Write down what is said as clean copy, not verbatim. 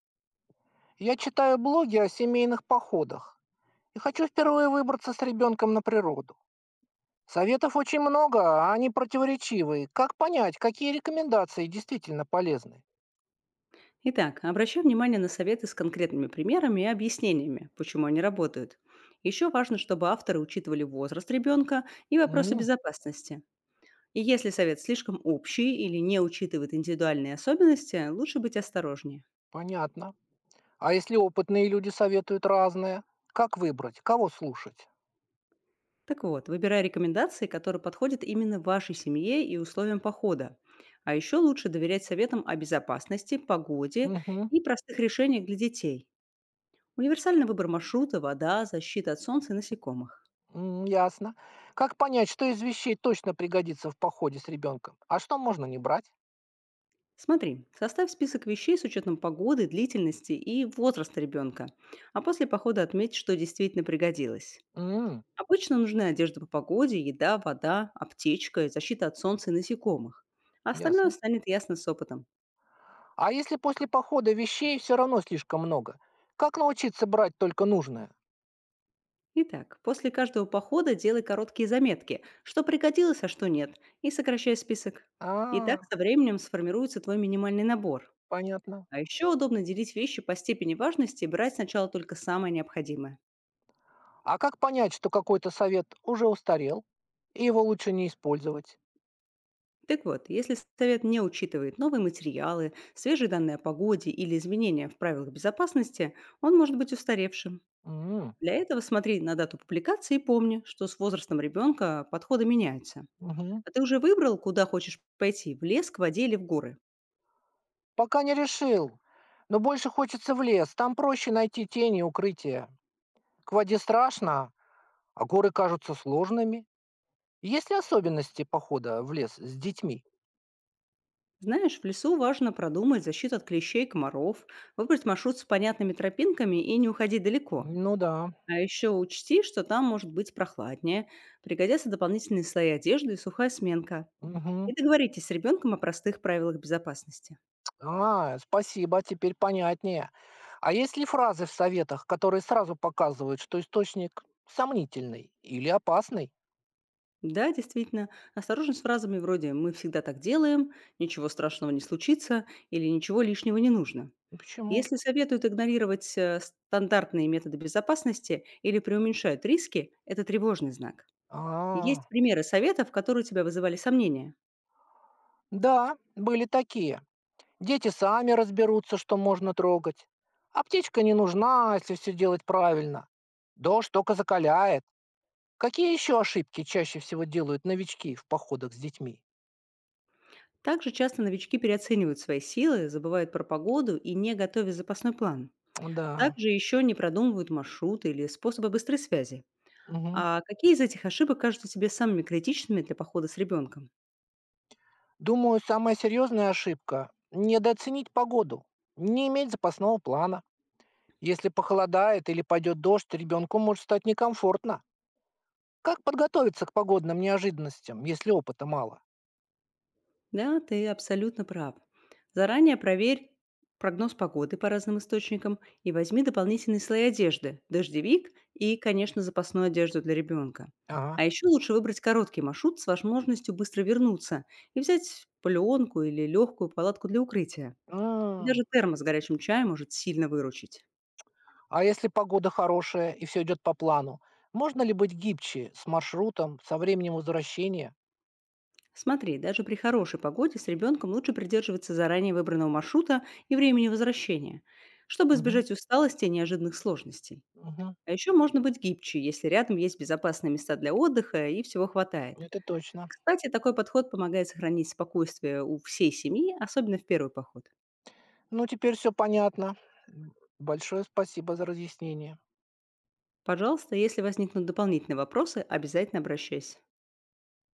Я читаю блоги о семейных походах и хочу впервые выбраться с ребенком на природу. Советов очень много, а они противоречивые. Как понять, какие рекомендации действительно полезны? Итак, обращай внимание на советы с конкретными примерами и объяснениями, почему они работают. Еще важно, чтобы авторы учитывали возраст ребенка и вопросы М, безопасности. И если совет слишком общий или не учитывает индивидуальные особенности, лучше быть осторожнее. понятно. А если опытные люди советуют разное? Как выбрать? Кого слушать? Так вот, выбирай рекомендации, которые подходят именно вашей семье и условиям похода. А еще лучше доверять советам о безопасности, погоде Угу. и простых решениях для детей. Универсальный выбор маршрута, вода, защита от солнца и насекомых. М, ясно. Как понять, что из вещей точно пригодится в походе с ребенком, а что можно не брать? Смотри, составь список вещей с учетом погоды, длительности и возраста ребенка, а после похода отметь, что действительно пригодилось. М, Обычно нужны одежда по погоде, еда, вода, аптечка, защита от солнца и насекомых. А остальное ясно. станет ясно с опытом. А если после похода вещей все равно слишком много? Как научиться брать только нужное? Итак, после каждого похода делай короткие заметки, что пригодилось, а что нет, и сокращай список. И так А, со временем сформируется твой минимальный набор. понятно. А еще удобно делить вещи по степени важности и брать сначала только самое необходимое. А как понять, что какой-то совет уже устарел, и его лучше не использовать? Так вот, если совет не учитывает новые материалы, свежие данные о погоде или изменения в правилах безопасности, он может быть устаревшим. М, Для этого смотри на дату публикации и помни, что с возрастом ребенка подходы меняются. мгм. А ты уже выбрал, куда хочешь пойти – в лес, к воде или в горы? Пока не решил. Но больше хочется в лес. Там проще найти тени и укрытия. К воде страшно, а горы кажутся сложными. Есть ли особенности похода в лес с детьми? Знаешь, в лесу важно продумать защиту от клещей и комаров, выбрать маршрут с понятными тропинками и не уходить далеко. Ну да. А еще учти, что там может быть прохладнее, пригодятся дополнительные слои одежды и сухая сменка. Мгм. И договоритесь с ребенком о простых правилах безопасности. А, спасибо, теперь понятнее. А есть ли фразы в советах, которые сразу показывают, что источник сомнительный или опасный? Да, действительно, осторожно с фразами вроде «мы всегда так делаем», «ничего страшного не случится» или «ничего лишнего не нужно». Почему? Если советуют игнорировать стандартные методы безопасности или преуменьшают риски, это тревожный знак. И есть А, примеры советов, которые у тебя вызывали сомнения. да, были такие. Дети сами разберутся, что можно трогать. Аптечка не нужна, если все делать правильно. Дождь только закаляет. Какие еще ошибки чаще всего делают новички в походах с детьми? Также часто новички переоценивают свои силы, забывают про погоду и не готовят запасной план. Да. Также еще не продумывают маршруты или способы быстрой связи. А какие из этих ошибок кажутся тебе самыми критичными для похода с ребенком? Думаю, самая серьезная ошибка– недооценить погоду, не иметь запасного плана. Если похолодает или пойдет дождь, ребенку может стать некомфортно. Как подготовиться к погодным неожиданностям, если опыта мало? Да, ты абсолютно прав. Заранее проверь прогноз погоды по разным источникам и возьми дополнительные слои одежды, дождевик и, конечно, запасную одежду для ребенка. Ага. А еще лучше выбрать короткий маршрут с возможностью быстро вернуться и взять пленку или легкую палатку для укрытия. Даже М, термос с горячим чаем может сильно выручить. а если погода хорошая и все идет по плану, можно ли быть гибче с маршрутом, со временем возвращения? Смотри, даже при хорошей погоде с ребенком лучше придерживаться заранее выбранного маршрута и времени возвращения, чтобы Мгм, избежать усталости и неожиданных сложностей. мгм. А еще можно быть гибче, если рядом есть безопасные места для отдыха и всего хватает. Это точно. Кстати, такой подход помогает сохранить спокойствие у всей семьи, особенно в первый поход. Ну, теперь все понятно. М, большое спасибо за разъяснение. Пожалуйста, если возникнут дополнительные вопросы, обязательно обращайся.